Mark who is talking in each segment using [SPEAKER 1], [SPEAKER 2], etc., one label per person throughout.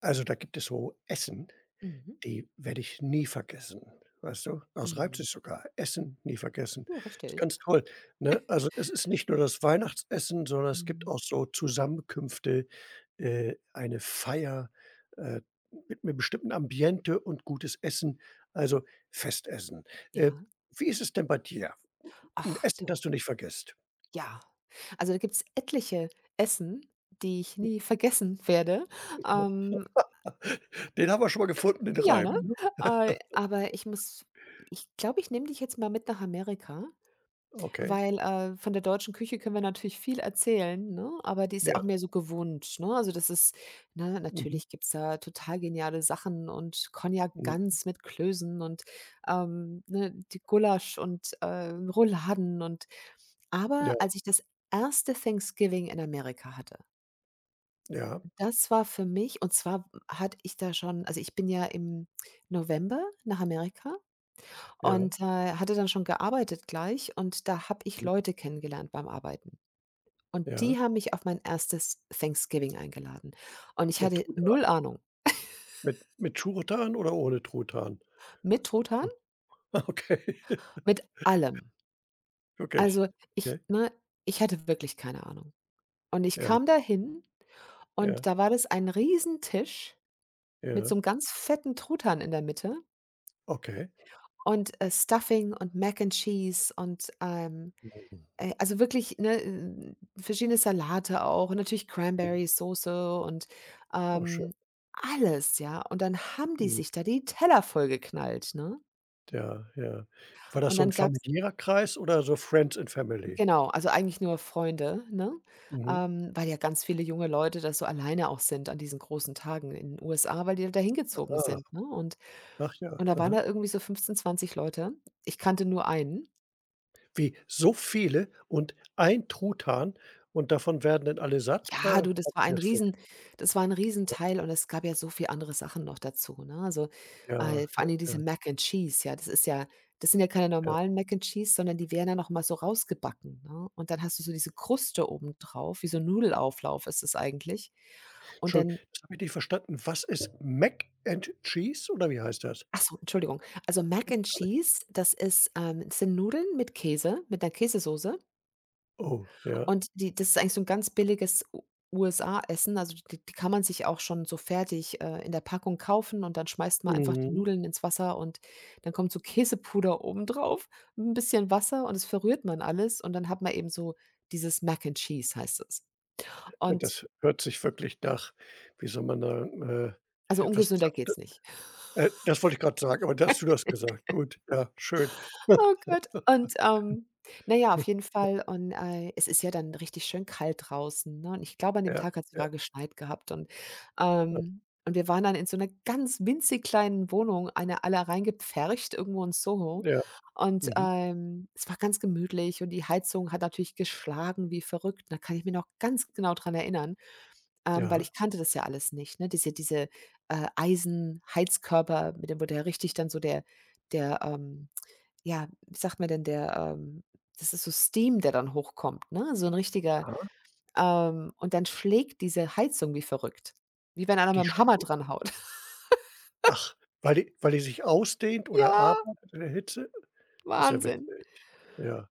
[SPEAKER 1] Also, da gibt es so Essen,
[SPEAKER 2] Mhm,
[SPEAKER 1] die werde ich nie vergessen, weißt du? Aus
[SPEAKER 2] mhm.
[SPEAKER 1] Leipzig sogar. Essen nie vergessen.
[SPEAKER 2] Ja,
[SPEAKER 1] Ist
[SPEAKER 2] richtig.
[SPEAKER 1] ganz toll, ne? Also, es ist nicht nur das Weihnachtsessen, sondern es gibt
[SPEAKER 2] Mhm.
[SPEAKER 1] auch so Zusammenkünfte, eine Feier, äh, mit 'nem bestimmten Ambiente und gutes Essen, also Festessen. Äh,
[SPEAKER 2] Ja.
[SPEAKER 1] Wie ist es denn bei dir? 'N
[SPEAKER 2] Ach
[SPEAKER 1] Essen,
[SPEAKER 2] du,
[SPEAKER 1] das du nicht vergisst?
[SPEAKER 2] ja. Also, da gibt's etliche Essen, die ich nie vergessen werde. Ähm,
[SPEAKER 1] Den haben wir schon mal gefunden, den
[SPEAKER 2] ja, ne?
[SPEAKER 1] Reim, ne?
[SPEAKER 2] Aber ich glaube, ich nehme dich jetzt mal mit nach Amerika.
[SPEAKER 1] Okay.
[SPEAKER 2] Weil, von der deutschen Küche können wir natürlich viel erzählen, ne, aber die ist ja
[SPEAKER 1] Ja.
[SPEAKER 2] auch mehr so gewohnt, ne? Also, das ist ne,
[SPEAKER 1] Mhm.
[SPEAKER 2] natürlich gibt's da total geniale Sachen und Cognac
[SPEAKER 1] Mhm.
[SPEAKER 2] Gans mit Klößen und, ne, die Gulasch und, Rouladen und
[SPEAKER 1] Ja,
[SPEAKER 2] aber als ich das erste Thanksgiving in Amerika hatte,
[SPEAKER 1] ja,
[SPEAKER 2] das war für mich und zwar hatte ich da schon also, ich bin ja im November nach Amerika
[SPEAKER 1] ja,
[SPEAKER 2] und, hatte dann schon gearbeitet gleich und da habe ich
[SPEAKER 1] mhm,
[SPEAKER 2] Leute kennengelernt beim Arbeiten. Und
[SPEAKER 1] ja.
[SPEAKER 2] die haben mich auf mein erstes Thanksgiving eingeladen. Und ich
[SPEAKER 1] Mit
[SPEAKER 2] hatte null
[SPEAKER 1] Truthahn.
[SPEAKER 2] Ahnung.
[SPEAKER 1] Mit Truthahn oder ohne Truthahn?
[SPEAKER 2] Mit Truthahn,
[SPEAKER 1] Ah, okay,
[SPEAKER 2] mit allem.
[SPEAKER 1] wirklich.
[SPEAKER 2] Also, ich
[SPEAKER 1] Okay,
[SPEAKER 2] ne, ich hatte wirklich keine Ahnung. Und ich
[SPEAKER 1] ja,
[SPEAKER 2] kam da hin
[SPEAKER 1] ja,
[SPEAKER 2] und da war das ein Riesentisch mit so
[SPEAKER 1] ja,
[SPEAKER 2] einem ganz fetten Truthahn in der Mitte
[SPEAKER 1] okay.
[SPEAKER 2] und, Stuffing und Mac and Cheese und, ähm
[SPEAKER 1] Mhm.
[SPEAKER 2] Äh, also wirklich, ne, verschiedene Salate auch und natürlich Cranberry-Soße und,
[SPEAKER 1] Oh, schön.
[SPEAKER 2] ähm, alles, ja. Und dann haben die
[SPEAKER 1] Mhm,
[SPEAKER 2] sich da die Teller vollgeknallt, ne?
[SPEAKER 1] ja, ja. War das
[SPEAKER 2] Und
[SPEAKER 1] so
[SPEAKER 2] dann
[SPEAKER 1] 'n
[SPEAKER 2] gab's
[SPEAKER 1] familiärer Kreis oder so Friends and Family?
[SPEAKER 2] genau, also eigentlich nur Freunde, ne?
[SPEAKER 1] Mhm.
[SPEAKER 2] Weil ja ganz viele junge Leute da so alleine auch sind an diesen großen Tagen in den USA, weil die da hingezogen
[SPEAKER 1] Ah,
[SPEAKER 2] sind, ne? Und
[SPEAKER 1] ach ja,
[SPEAKER 2] und da waren
[SPEAKER 1] aha.
[SPEAKER 2] da irgendwie so 15, 20 Leute. Ich kannte nur einen.
[SPEAKER 1] Wie, so viele und ein Truthahn und davon werden dann alle satt
[SPEAKER 2] Ja,
[SPEAKER 1] oder wie
[SPEAKER 2] du,
[SPEAKER 1] kann ich mir das vorstellen?
[SPEAKER 2] Das war ein Riesenteil und es gab ja so viel andere Sachen noch dazu, ne? Also,
[SPEAKER 1] Ja,
[SPEAKER 2] vor
[SPEAKER 1] ja,
[SPEAKER 2] allem
[SPEAKER 1] ja,
[SPEAKER 2] diese Mac and Cheese, ja, das sind ja keine
[SPEAKER 1] ja.
[SPEAKER 2] normalen Mac and Cheese, sondern die werden ja noch mal so rausgebacken, ne? Und dann hast du so diese Kruste oben drauf, wie so 'n Nudelauflauf ist es eigentlich. Und
[SPEAKER 1] Entschuldigung,
[SPEAKER 2] dann
[SPEAKER 1] das habe ich nicht verstanden. Was ist Mac and Cheese oder wie heißt das?
[SPEAKER 2] ach so, Entschuldigung. Also, Mac and Cheese, das sind Nudeln mit Käse, mit einer Käsesoße.
[SPEAKER 1] Oh, ja.
[SPEAKER 2] Und die das ist eigentlich so ein ganz billiges U USA-Essen. Also, die kann man sich auch schon so fertig, in der Packung kaufen und dann schmeißt man einfach die
[SPEAKER 1] Mhm.
[SPEAKER 2] Nudeln ins Wasser und dann kommt so Käsepuder oben drauf, ein bisschen Wasser und es verrührt man alles und dann hat man eben so dieses Mac and Cheese heißt es.
[SPEAKER 1] Ja,
[SPEAKER 2] Und
[SPEAKER 1] das hört sich wirklich nach wie soll man sagen,
[SPEAKER 2] also,
[SPEAKER 1] etwas
[SPEAKER 2] ungesünder
[SPEAKER 1] gesagt,
[SPEAKER 2] geht's nicht.
[SPEAKER 1] das wollte ich gerade sagen, aber da hast du das gesagt. Gut, ja, schön.
[SPEAKER 2] Oh Gott. Und, na ja, auf jeden Fall und, es ist ja dann richtig schön kalt draußen, ne? Und ich glaube, an dem
[SPEAKER 1] Ja,
[SPEAKER 2] Tag hat es
[SPEAKER 1] ja,
[SPEAKER 2] sogar geschneit gehabt ähm und wir waren dann in so einer ganz winzig kleinen Wohnung, eine alle reingepfercht irgendwo in Soho.
[SPEAKER 1] ja.
[SPEAKER 2] Und,
[SPEAKER 1] Mhm.
[SPEAKER 2] es war ganz gemütlich und die Heizung hat natürlich geschlagen wie verrückt. Da kann ich mich noch ganz genau dran erinnern, weil
[SPEAKER 1] Ja.
[SPEAKER 2] ich kannte das ja alles nicht, ne? Diese, Eisenheizkörper, mit dem wo der richtig dann so der ja, wie sagt mir denn der, das ist so Steam, der dann hochkommt, ne? So ein richtiger
[SPEAKER 1] Aha.
[SPEAKER 2] und dann schlägt diese Heizung wie verrückt, wie wenn einer mit
[SPEAKER 1] Die
[SPEAKER 2] dem
[SPEAKER 1] sch
[SPEAKER 2] Hammer dran haut.
[SPEAKER 1] Ach, weil die sich ausdehnt oder
[SPEAKER 2] Ja,
[SPEAKER 1] arbeitet in der Hitze? Ist ja
[SPEAKER 2] Wahnsinn.
[SPEAKER 1] witzig. Ja,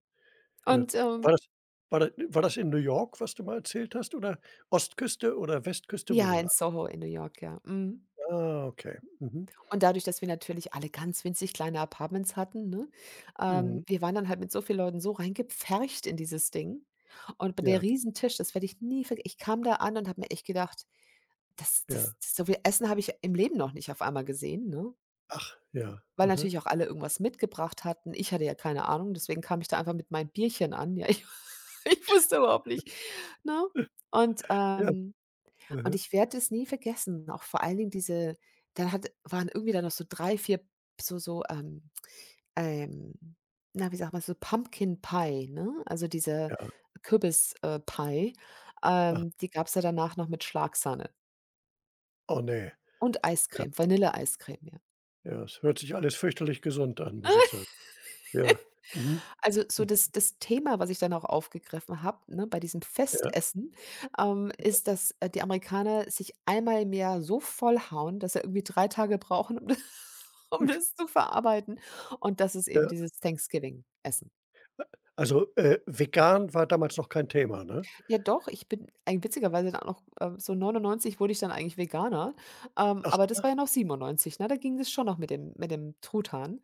[SPEAKER 1] äh,
[SPEAKER 2] Und,
[SPEAKER 1] war das war das in New York, was du mal erzählt hast oder Ostküste oder Westküste? Wo
[SPEAKER 2] ja,
[SPEAKER 1] war
[SPEAKER 2] in
[SPEAKER 1] das?
[SPEAKER 2] Soho in New York, ja. Mhm.
[SPEAKER 1] Ah, okay. Mhm,
[SPEAKER 2] Und dadurch, dass wir natürlich alle ganz winzig kleine Apartments hatten, ne,
[SPEAKER 1] mhm.
[SPEAKER 2] wir waren dann halt mit so vielen Leuten so reingepfercht in dieses Ding. Und bei der
[SPEAKER 1] Ja,
[SPEAKER 2] Riesentisch, das werde ich nie vergessen. Ich kam da an und habe mir echt gedacht: „Das
[SPEAKER 1] ja.
[SPEAKER 2] so viel Essen habe ich im Leben noch nicht auf einmal gesehen", ne?
[SPEAKER 1] Ach, ja.
[SPEAKER 2] Weil
[SPEAKER 1] Mhm.
[SPEAKER 2] natürlich auch alle irgendwas mitgebracht hatten. Ich hatte ja keine Ahnung, deswegen kam ich da einfach mit meinem Bierchen an. Ja, ich ich wusste überhaupt nicht, ne? Und,
[SPEAKER 1] Ja.
[SPEAKER 2] ähm und
[SPEAKER 1] Mhm.
[SPEAKER 2] ich werde es nie vergessen, auch vor allen Dingen diese dann hat waren irgendwie dann noch so 3 4 so, ähm, na, wie sagt man, so Pumpkin Pie, ne? Also, diese
[SPEAKER 1] Ja.
[SPEAKER 2] Kürbis Pie,
[SPEAKER 1] Ach,
[SPEAKER 2] die gab's ja danach noch mit Schlagsahne
[SPEAKER 1] oh ne.
[SPEAKER 2] und
[SPEAKER 1] Ja,
[SPEAKER 2] Eiscreme, Vanilleeiscreme, ja.
[SPEAKER 1] ja, es hört sich alles fürchterlich gesund an, muss ich sagen. Ja. Mhm.
[SPEAKER 2] Also, so
[SPEAKER 1] Hm.
[SPEAKER 2] das Thema, was ich dann auch aufgegriffen habe, ne, bei diesem
[SPEAKER 1] Ja,
[SPEAKER 2] Festessen, ist, dass, die Amerikaner sich einmal im Jahr so vollhauen, dass sie irgendwie 3 Tage brauchen, um das um
[SPEAKER 1] gut.
[SPEAKER 2] das zu verarbeiten. Und das ist eben
[SPEAKER 1] Ja.
[SPEAKER 2] dieses Thanksgiving-Essen.
[SPEAKER 1] Also, vegan war damals noch kein Thema, ne?
[SPEAKER 2] Ja doch, ich bin eigentlich witzigerweise dann auch noch, so 99 wurde ich dann eigentlich Veganer,
[SPEAKER 1] Ach,
[SPEAKER 2] aber das war ja noch 97, ne? Da ging es schon noch mit dem Truthahn.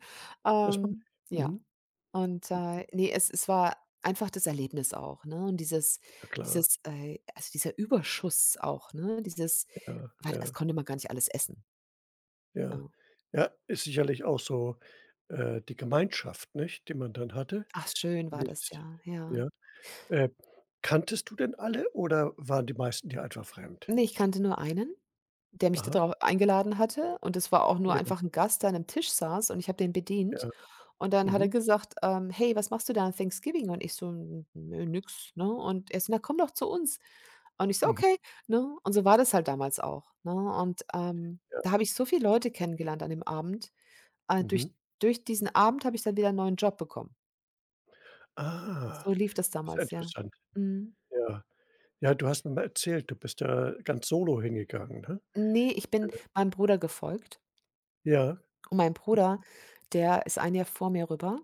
[SPEAKER 1] das war nicht.
[SPEAKER 2] Ja.
[SPEAKER 1] Mhm.
[SPEAKER 2] Und, ne, es war einfach das Erlebnis auch, ne? Und dieses
[SPEAKER 1] Ja klar.
[SPEAKER 2] dieses, also, dieser Überschuss auch, ne? Dieses
[SPEAKER 1] Ja,
[SPEAKER 2] weil das
[SPEAKER 1] ja,
[SPEAKER 2] konnte man gar nicht alles essen,
[SPEAKER 1] ja.
[SPEAKER 2] ne?
[SPEAKER 1] Ja, ist sicherlich auch so, die Gemeinschaft, nicht, die man dann hatte.
[SPEAKER 2] Ach, schön war das,
[SPEAKER 1] Nicht
[SPEAKER 2] ja, ja.
[SPEAKER 1] ja. Äh, Kanntest du denn alle oder waren die meisten dir einfach fremd?
[SPEAKER 2] Ne, ich kannte nur einen, der mich da
[SPEAKER 1] Aha.
[SPEAKER 2] drauf eingeladen hatte und es war auch nur
[SPEAKER 1] Ja,
[SPEAKER 2] einfach 'n Gast, der an 'nem Tisch saß und ich habe den bedient.
[SPEAKER 1] ja.
[SPEAKER 2] Und dann hat
[SPEAKER 1] Mhm,
[SPEAKER 2] er gesagt, „Hey, was machst du da an Thanksgiving?" Und ich so: „N nö, nix", ne? Und er so: „Na, komm doch zu uns." Und ich so:
[SPEAKER 1] mhm.
[SPEAKER 2] „Okay", ne? Und so war das halt damals auch, ne? Und,
[SPEAKER 1] Ja.
[SPEAKER 2] da habe ich so viele Leute kennengelernt an dem Abend. Äh,
[SPEAKER 1] Mhm.
[SPEAKER 2] durch durch diesen Abend habe ich dann wieder 'n neuen Job bekommen. So
[SPEAKER 1] Ah,
[SPEAKER 2] lief das
[SPEAKER 1] das ist
[SPEAKER 2] damals, ja.
[SPEAKER 1] interessant.
[SPEAKER 2] Mhm.
[SPEAKER 1] Ja. Ja, du hast mir mal erzählt, du bist ja ganz solo hingegangen, ne?
[SPEAKER 2] Ne, ich bin meinem Bruder gefolgt.
[SPEAKER 1] Ja,
[SPEAKER 2] Und mein Bruder, der ist ein Jahr vor mir rüber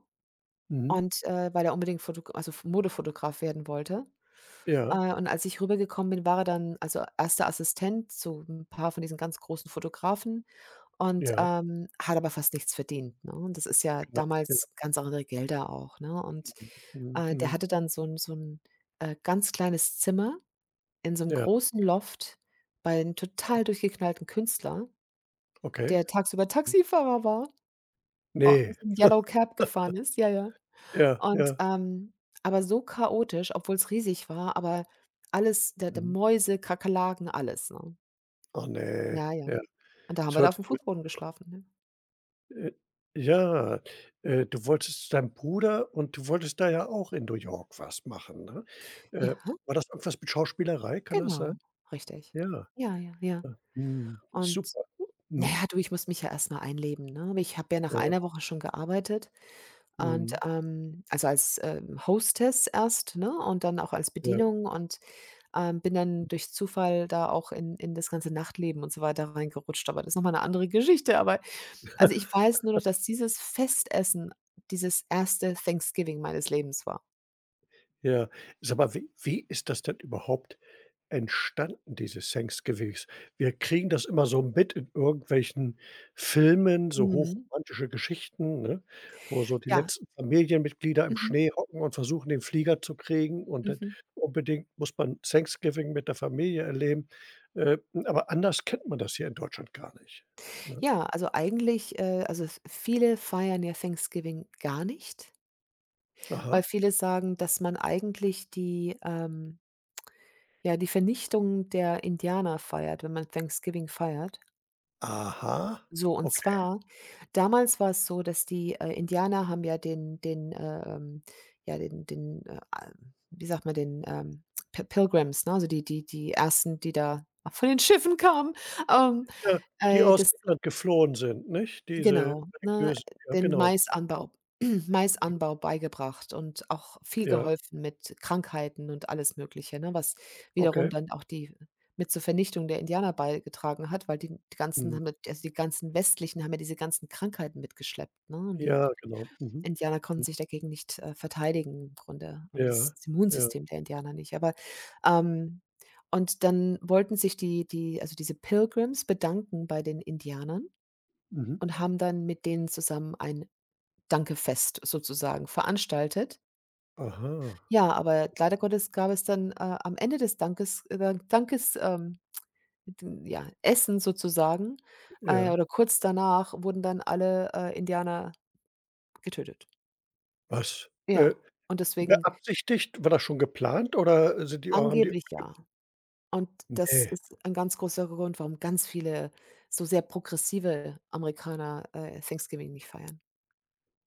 [SPEAKER 1] mhm,
[SPEAKER 2] und, weil er unbedingt Foto also F Modefotograf werden wollte.
[SPEAKER 1] ja,
[SPEAKER 2] Und als ich rübergekommen bin, war er dann also erster Assistent zu ein paar von diesen ganz großen Fotografen und,
[SPEAKER 1] ja,
[SPEAKER 2] hat aber fast nichts verdient, ne? Und das ist ja
[SPEAKER 1] genau, ja,
[SPEAKER 2] damals ganz andere Gelder auch, ne? Und,
[SPEAKER 1] mhm,
[SPEAKER 2] der
[SPEAKER 1] mhm,
[SPEAKER 2] hatte dann so ein ganz kleines Zimmer in so einem
[SPEAKER 1] ja,
[SPEAKER 2] großen Loft bei einem total durchgeknallten Künstler,
[SPEAKER 1] okay.
[SPEAKER 2] der tagsüber
[SPEAKER 1] Hm.
[SPEAKER 2] Taxifahrer war. O
[SPEAKER 1] Ne,
[SPEAKER 2] diesen Yellow Cab gefahren ist, ja, ja.
[SPEAKER 1] ja,
[SPEAKER 2] Und,
[SPEAKER 1] ja,
[SPEAKER 2] aber so chaotisch, obwohl's riesig war, aber alles da
[SPEAKER 1] mhm.
[SPEAKER 2] Mäuse, Kakerlaken, alles, ne?
[SPEAKER 1] Oh ne,
[SPEAKER 2] Ja, ja.
[SPEAKER 1] ja.
[SPEAKER 2] Und da haben
[SPEAKER 1] Es
[SPEAKER 2] wir da
[SPEAKER 1] hört
[SPEAKER 2] auf'm
[SPEAKER 1] sich ja,
[SPEAKER 2] Fußboden geschlafen, ne?
[SPEAKER 1] äh, ja, du wolltest zu Bruder und du wolltest da ja auch in New York was machen, ne?
[SPEAKER 2] Ja,
[SPEAKER 1] Äh, War das irgendwas mit Schauspielerei, kann das sein?
[SPEAKER 2] genau, richtig.
[SPEAKER 1] Ja,
[SPEAKER 2] Ja, ja, ja.
[SPEAKER 1] mhm,
[SPEAKER 2] Und
[SPEAKER 1] super,
[SPEAKER 2] na
[SPEAKER 1] mhm,
[SPEAKER 2] ja, du, ich musste mich ja erst mal einleben, ne? Aber ich habe ja nach
[SPEAKER 1] ja,
[SPEAKER 2] einer Woche schon gearbeitet und,
[SPEAKER 1] mhm,
[SPEAKER 2] also als, Hostess erst, ne, und dann auch als
[SPEAKER 1] ja,
[SPEAKER 2] Bedienung und bin dann durch Zufall da auch in das ganze Nachtleben und so weiter reingerutscht, aber das ist noch mal 'ne andere Geschichte. Aber also, ich weiß nur noch, dass dieses erste Thanksgiving meines Lebens war.
[SPEAKER 1] ja. Sag mal, wie ist das denn überhaupt entstanden, diese Thanksgivings? Wir kriegen das immer so mit in irgendwelchen Filmen, so
[SPEAKER 2] Mhm.
[SPEAKER 1] hochromantische Geschichten, ne, wo so die
[SPEAKER 2] Ja.
[SPEAKER 1] letzten Familienmitglieder im
[SPEAKER 2] Mhm.
[SPEAKER 1] Schnee hocken und versuchen, den Flieger zu kriegen und dann
[SPEAKER 2] Mhm.
[SPEAKER 1] unbedingt muss man Thanksgiving mit der Familie erleben. Äh, aber anders kennt man das hier in Deutschland gar nicht, ne?
[SPEAKER 2] Ja, also, eigentlich, also, v viele feiern ja Thanksgiving gar nicht, weil
[SPEAKER 1] Aha,
[SPEAKER 2] viele sagen, dass man eigentlich die, ja, die Vernichtung der Indianer feiert, wenn man Thanksgiving feiert.
[SPEAKER 1] aha,
[SPEAKER 2] So, und
[SPEAKER 1] okay.
[SPEAKER 2] zwar, damals war es so, dass die, Indianer haben ja den ja, den den, a wie sagt man, den, Pi Pilgrims, ne, also die ersten die da von den Schiffen kamen, ähm,
[SPEAKER 1] Ja, die aus
[SPEAKER 2] dass
[SPEAKER 1] England geflohen sind, nicht? Diese
[SPEAKER 2] genau, ne,
[SPEAKER 1] religiösen ja,
[SPEAKER 2] den
[SPEAKER 1] genau.
[SPEAKER 2] Maisanbau Maisanbau beigebracht und auch viel
[SPEAKER 1] Ja,
[SPEAKER 2] geholfen mit Krankheiten und alles Mögliche, ne, was wiederum
[SPEAKER 1] okay.
[SPEAKER 2] dann auch die mit zur Vernichtung der Indianer beigetragen hat, weil die die ganzen
[SPEAKER 1] Mhm.
[SPEAKER 2] haben ja also, die ganzen Westlichen haben ja diese ganzen Krankheiten mitgeschleppt, ne, und die
[SPEAKER 1] Ja, genau. Mhm.
[SPEAKER 2] Indianer konnten sich dagegen nicht, verteidigen im Grunde oder das
[SPEAKER 1] Ja, ja.
[SPEAKER 2] Immunsystem der Indianer nicht. Aber, ähm und dann wollten sich die die also, diese Pilgrims bedanken bei den Indianern
[SPEAKER 1] Mhm.
[SPEAKER 2] und haben dann mit denen zusammen ein Dankefest sozusagen veranstaltet.
[SPEAKER 1] Aha,
[SPEAKER 2] Ja, aber leider Gottes gab es dann, am Ende des Dankes Dankes d ja, Essen sozusagen,
[SPEAKER 1] ja.
[SPEAKER 2] oder kurz danach wurden dann alle, Indianer getötet.
[SPEAKER 1] Was?
[SPEAKER 2] Ja, und deswegen
[SPEAKER 1] Beabsichtigt? War das schon geplant oder sind die haben die
[SPEAKER 2] angeblich ja. Und das
[SPEAKER 1] ne,
[SPEAKER 2] ist ein ganz großer Grund, warum ganz viele so sehr progressive Amerikaner, Thanksgiving nicht feiern.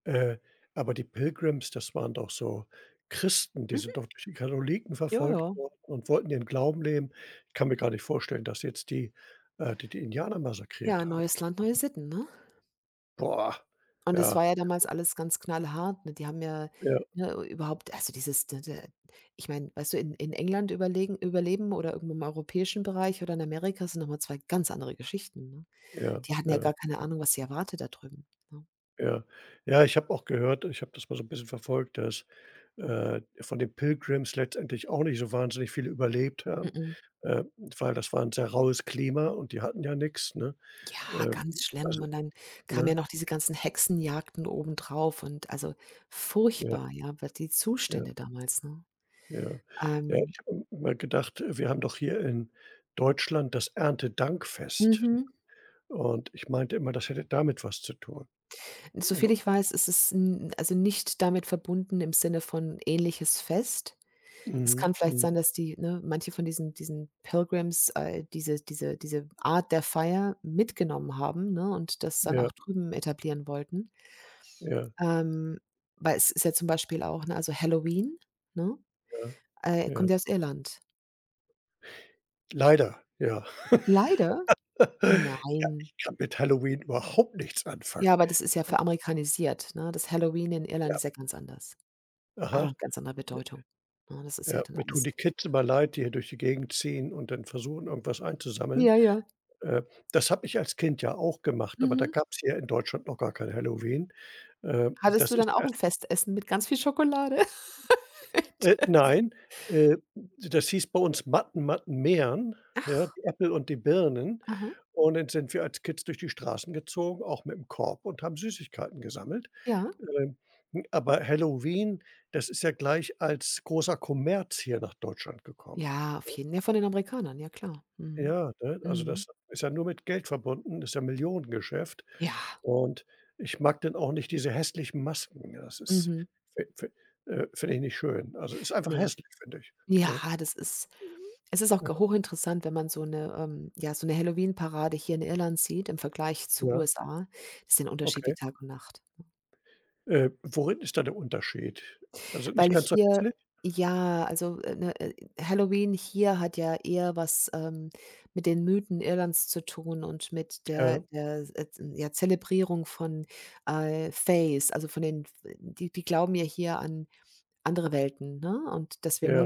[SPEAKER 1] äh, aber die Pilgrims, das waren doch so Christen, die sind
[SPEAKER 2] Mhm.
[SPEAKER 1] doch durch die Katholiken
[SPEAKER 2] Ja,
[SPEAKER 1] verfolgt
[SPEAKER 2] ja.
[SPEAKER 1] worden und wollten ihren Glauben leben. Ich kann mir gar nicht vorstellen, dass jetzt die, die Indianer
[SPEAKER 2] Ja,
[SPEAKER 1] massakriert haben.
[SPEAKER 2] neues Land, neue Sitten, ne?
[SPEAKER 1] Boah.
[SPEAKER 2] Und es
[SPEAKER 1] Ja,
[SPEAKER 2] war ja damals alles ganz knallhart, ne? Die haben ja,
[SPEAKER 1] ja,
[SPEAKER 2] ne, überhaupt also dieses d d ich meine, weißt du, in England überlegen überleben oder irgendwo im europäischen Bereich oder in Amerika sind noch mal 2 ganz andere Geschichten, ne?
[SPEAKER 1] ja,
[SPEAKER 2] Die hatten ja
[SPEAKER 1] ja,
[SPEAKER 2] gar keine Ahnung, was sie erwartet da drüben, ne?
[SPEAKER 1] ja. Ja, ich habe das mal so 'n bisschen verfolgt, dass von den Pilgrims letztendlich auch nicht so wahnsinnig viele überlebt haben,
[SPEAKER 2] Mhm.
[SPEAKER 1] äh, weil das war 'n sehr raues Klima und die hatten ja nix, ne?
[SPEAKER 2] Ja,
[SPEAKER 1] Ähm,
[SPEAKER 2] ganz schlimm.
[SPEAKER 1] also,
[SPEAKER 2] Und dann kamen ja
[SPEAKER 1] ne?
[SPEAKER 2] noch diese ganzen Hexenjagden obendrauf und also
[SPEAKER 1] Ja,
[SPEAKER 2] furchtbar, ja, w die
[SPEAKER 1] ja,
[SPEAKER 2] Zustände damals, ne?
[SPEAKER 1] ja. Ja,
[SPEAKER 2] Ähm
[SPEAKER 1] ich habe immer gedacht, wir haben doch hier in Deutschland das Erntedankfest, ne?
[SPEAKER 2] mhm.
[SPEAKER 1] Und ich meinte immer, das hätte damit was zu tun.
[SPEAKER 2] Soviel
[SPEAKER 1] Aber
[SPEAKER 2] ich weiß, ist es n also nicht damit verbunden im Sinne von ähnliches Fest. Es
[SPEAKER 1] mhm,
[SPEAKER 2] kann vielleicht
[SPEAKER 1] mhm.
[SPEAKER 2] sein, dass die ne, manche von diesen Pilgrims, diese Art der Feier mitgenommen haben, ne, und das dann
[SPEAKER 1] Ja,
[SPEAKER 2] auch drüben etablieren wollten.
[SPEAKER 1] ja,
[SPEAKER 2] Ähm, weil es ist ja zum Beispiel auch ne, also Halloween, ne,
[SPEAKER 1] ja, ja.
[SPEAKER 2] kommt ja aus Irland.
[SPEAKER 1] Leider, ja.
[SPEAKER 2] Leider?
[SPEAKER 1] Ja,
[SPEAKER 2] Nein.
[SPEAKER 1] ich kann mit Halloween überhaupt nichts anfangen.
[SPEAKER 2] Ja, aber das ist ja veramerikanisiert, ne? Das Halloween in Irland
[SPEAKER 1] Ja,
[SPEAKER 2] ist ja ganz anders. Hat auch
[SPEAKER 1] aha.
[SPEAKER 2] 'ne ganz andere Bedeutung, ne? Das ist ja
[SPEAKER 1] Ja,
[SPEAKER 2] dann
[SPEAKER 1] mir tun
[SPEAKER 2] alles
[SPEAKER 1] die Kids immer leid, die hier durch die Gegend ziehen und dann versuchen, irgendwas einzusammeln.
[SPEAKER 2] ja, ja.
[SPEAKER 1] Äh, Das habe ich als Kind ja auch gemacht, aber da
[SPEAKER 2] Mhm.
[SPEAKER 1] gab's hier in Deutschland noch gar kein Halloween.
[SPEAKER 2] Hattest
[SPEAKER 1] Das
[SPEAKER 2] du
[SPEAKER 1] ist
[SPEAKER 2] dann auch 'n
[SPEAKER 1] erst
[SPEAKER 2] Festessen mit ganz viel Schokolade? Das
[SPEAKER 1] nein, äh, das hieß bei uns Matten Matten mehren, ja,
[SPEAKER 2] ach,
[SPEAKER 1] die Äpfel und die Birnen.
[SPEAKER 2] aha,
[SPEAKER 1] Und dann sind wir als Kids durch die Straßen gezogen, auch mit dem Korb und haben Süßigkeiten gesammelt.
[SPEAKER 2] ja.
[SPEAKER 1] Ähm, hm, aber Halloween, das ist ja gleich als großer Kommerz hier nach Deutschland gekommen.
[SPEAKER 2] Ja, auf jeden ja, von den Amerikanern, ja klar. Mhm.
[SPEAKER 1] Ja, ne? Also,
[SPEAKER 2] Mhm.
[SPEAKER 1] das ist ja nur mit Geld verbunden, ist ja Millionengeschäft.
[SPEAKER 2] Ja.
[SPEAKER 1] Und ich mag dann auch nicht diese hässlichen Masken. Das ist
[SPEAKER 2] Mhm.
[SPEAKER 1] fi fi finde ich nicht schön. Also, ist einfach
[SPEAKER 2] Ne.
[SPEAKER 1] hässlich, finde ich,
[SPEAKER 2] Ja,
[SPEAKER 1] ne?
[SPEAKER 2] das ist es ist auch
[SPEAKER 1] Ja,
[SPEAKER 2] g hochinteressant, wenn man so 'ne, ja, so 'ne Halloween-Parade hier in Irland sieht im Vergleich zu
[SPEAKER 1] ja,
[SPEAKER 2] USA. Das sind Unterschied wie
[SPEAKER 1] okay.
[SPEAKER 2] Tag und Nacht.
[SPEAKER 1] Worin ist da der Unterschied? Also,
[SPEAKER 2] Weil
[SPEAKER 1] nicht ganz so
[SPEAKER 2] hier
[SPEAKER 1] hässlich?
[SPEAKER 2] ja, also, Halloween hier hat ja eher was, mit den Mythen Irlands zu tun und mit der
[SPEAKER 1] Ja,
[SPEAKER 2] der, äh, ja, Zelebrierung von, Fays, also, von den die glauben ja hier an andere Welten, ne, und dass wir
[SPEAKER 1] ja,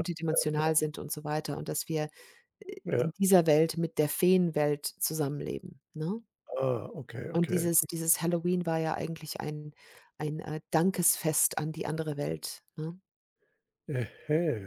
[SPEAKER 1] ja,
[SPEAKER 2] sind und so weiter und dass wir,
[SPEAKER 1] ja.
[SPEAKER 2] in dieser Welt mit der Feenwelt zusammenleben, ne?
[SPEAKER 1] Ah, okay,
[SPEAKER 2] Und
[SPEAKER 1] okay.
[SPEAKER 2] dieses Halloween war ja eigentlich ein, Dankesfest an die andere Welt, ne?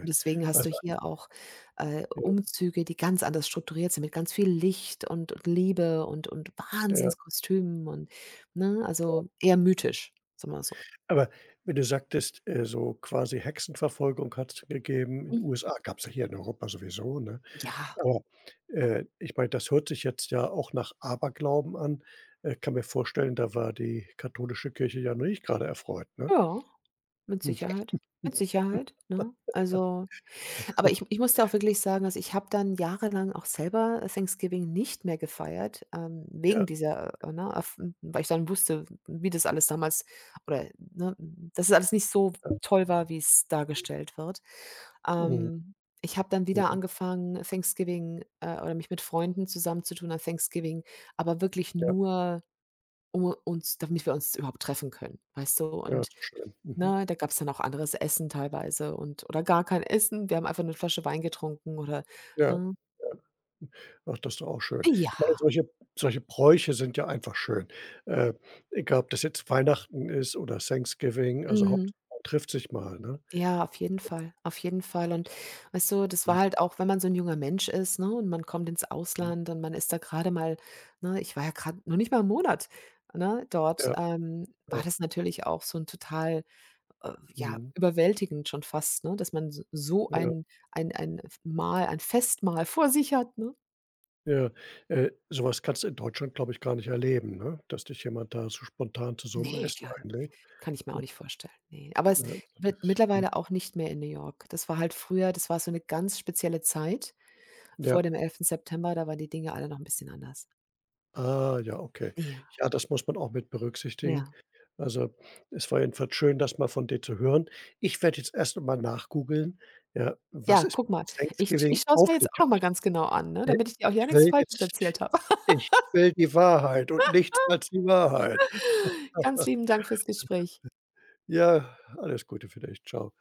[SPEAKER 2] Und deswegen hast du
[SPEAKER 1] Also,
[SPEAKER 2] hier auch, Umzüge, die ganz anders strukturiert sind mit ganz viel Licht und Liebe und
[SPEAKER 1] ja, ja.
[SPEAKER 2] Wahnsinnskostümen und, ne, also eher mythisch, sagen wir so.
[SPEAKER 1] Aber wenn du sagtest, so quasi Hexenverfolgung hat es gegeben in
[SPEAKER 2] Mhm.
[SPEAKER 1] USA, es ja hier in Europa sowieso, ne?
[SPEAKER 2] Ja,
[SPEAKER 1] Aber, ich meine, das hört sich jetzt ja auch nach Aberglauben an. Kann mir vorstellen, da war die katholische Kirche ja noch nicht gerade erfreut, ne?
[SPEAKER 2] ja, mit
[SPEAKER 1] Mhm.
[SPEAKER 2] Sicherheit, mit Sicherheit, ne? Also aber ich muss dir auch wirklich sagen, also, ich habe dann jahrelang auch selber Thanksgiving nicht mehr gefeiert, wegen
[SPEAKER 1] Ja.
[SPEAKER 2] dieser, ne, erf weil ich dann wusste, wie das alles damals oder, ne, dass es alles nicht so toll war, wie es dargestellt wird.
[SPEAKER 1] Mhm.
[SPEAKER 2] Ähm, ich habe dann wieder
[SPEAKER 1] Mhm.
[SPEAKER 2] angefangen, Thanksgiving oder mich mit Freunden zusammenzutun an Thanksgiving, aber wirklich
[SPEAKER 1] Ja,
[SPEAKER 2] nur, um uns damit wir uns überhaupt treffen können, weißt du?
[SPEAKER 1] ja,
[SPEAKER 2] Und,
[SPEAKER 1] ist doch schön. Mhm.
[SPEAKER 2] ne, da gab es dann auch anderes Essen teilweise und oder gar kein Essen. Wir haben einfach eine Flasche Wein getrunken oder,
[SPEAKER 1] Ja.
[SPEAKER 2] ne?
[SPEAKER 1] Ach, das ist doch auch schön. Ich meine,
[SPEAKER 2] Ja.
[SPEAKER 1] solche Bräuche sind ja einfach schön. Äh, Egal, ob das jetzt Weihnachten ist oder Thanksgiving, also
[SPEAKER 2] Mhm.
[SPEAKER 1] Hauptsache man trifft sich mal, ne?
[SPEAKER 2] Ja, auf jeden Fall, auf jeden Fall. Und weißt du, das war halt auch, wenn man so ein junger Mensch ist, ne, und man kommt ins
[SPEAKER 1] Mhm.
[SPEAKER 2] Ausland und man ist da gerade mal ne, ich war ja gerade noch nicht mal 'n Monat, ne, dort,
[SPEAKER 1] Ja,
[SPEAKER 2] war
[SPEAKER 1] ja.
[SPEAKER 2] das natürlich auch so ein total, ja,
[SPEAKER 1] Mhm.
[SPEAKER 2] überwältigend schon fast, ne, dass man s so
[SPEAKER 1] Ja.
[SPEAKER 2] ein F Mahl ein Festmahl vor sich hat, ne?
[SPEAKER 1] Ja, so kannst du in Deutschland, glaube ich, gar nicht erleben, ne, dass dich jemand da so spontan zu so 'nem
[SPEAKER 2] Ne,
[SPEAKER 1] Essen
[SPEAKER 2] klar,
[SPEAKER 1] einlädt,
[SPEAKER 2] kann ich mir auch
[SPEAKER 1] ne,
[SPEAKER 2] nicht vorstellen, ne. Aber es
[SPEAKER 1] ne? So
[SPEAKER 2] wird
[SPEAKER 1] das hm,
[SPEAKER 2] mittlerweile auch nicht mehr in New York. Das war halt früher das war so eine ganz spezielle Zeit. Vor
[SPEAKER 1] ja.
[SPEAKER 2] dem 11. September, da waren die Dinge alle noch 'n bisschen anders.
[SPEAKER 1] Ah, ja, okay.
[SPEAKER 2] Ja,
[SPEAKER 1] Ja, das muss man auch mit berücksichtigen.
[SPEAKER 2] ja.
[SPEAKER 1] Also, es war jedenfalls schön, das mal von dir zu hören. Ich werde jetzt erst noch mal nachgoogeln, ja, was
[SPEAKER 2] Ja,
[SPEAKER 1] es mit
[SPEAKER 2] guck mal,
[SPEAKER 1] Thanksgiving
[SPEAKER 2] ich schaue es
[SPEAKER 1] auf
[SPEAKER 2] mir jetzt
[SPEAKER 1] sich
[SPEAKER 2] auch noch mal
[SPEAKER 1] hat.
[SPEAKER 2] ganz genau an, ne,
[SPEAKER 1] Äh,
[SPEAKER 2] damit ich dir auch ja
[SPEAKER 1] ich
[SPEAKER 2] nix
[SPEAKER 1] will
[SPEAKER 2] Falsches
[SPEAKER 1] jetzt
[SPEAKER 2] erzählt habe.
[SPEAKER 1] ich will die Wahrheit und nichts als die Wahrheit.
[SPEAKER 2] Ganz lieben Dank fürs Gespräch.
[SPEAKER 1] Ja, alles Gute für dich. Tschau.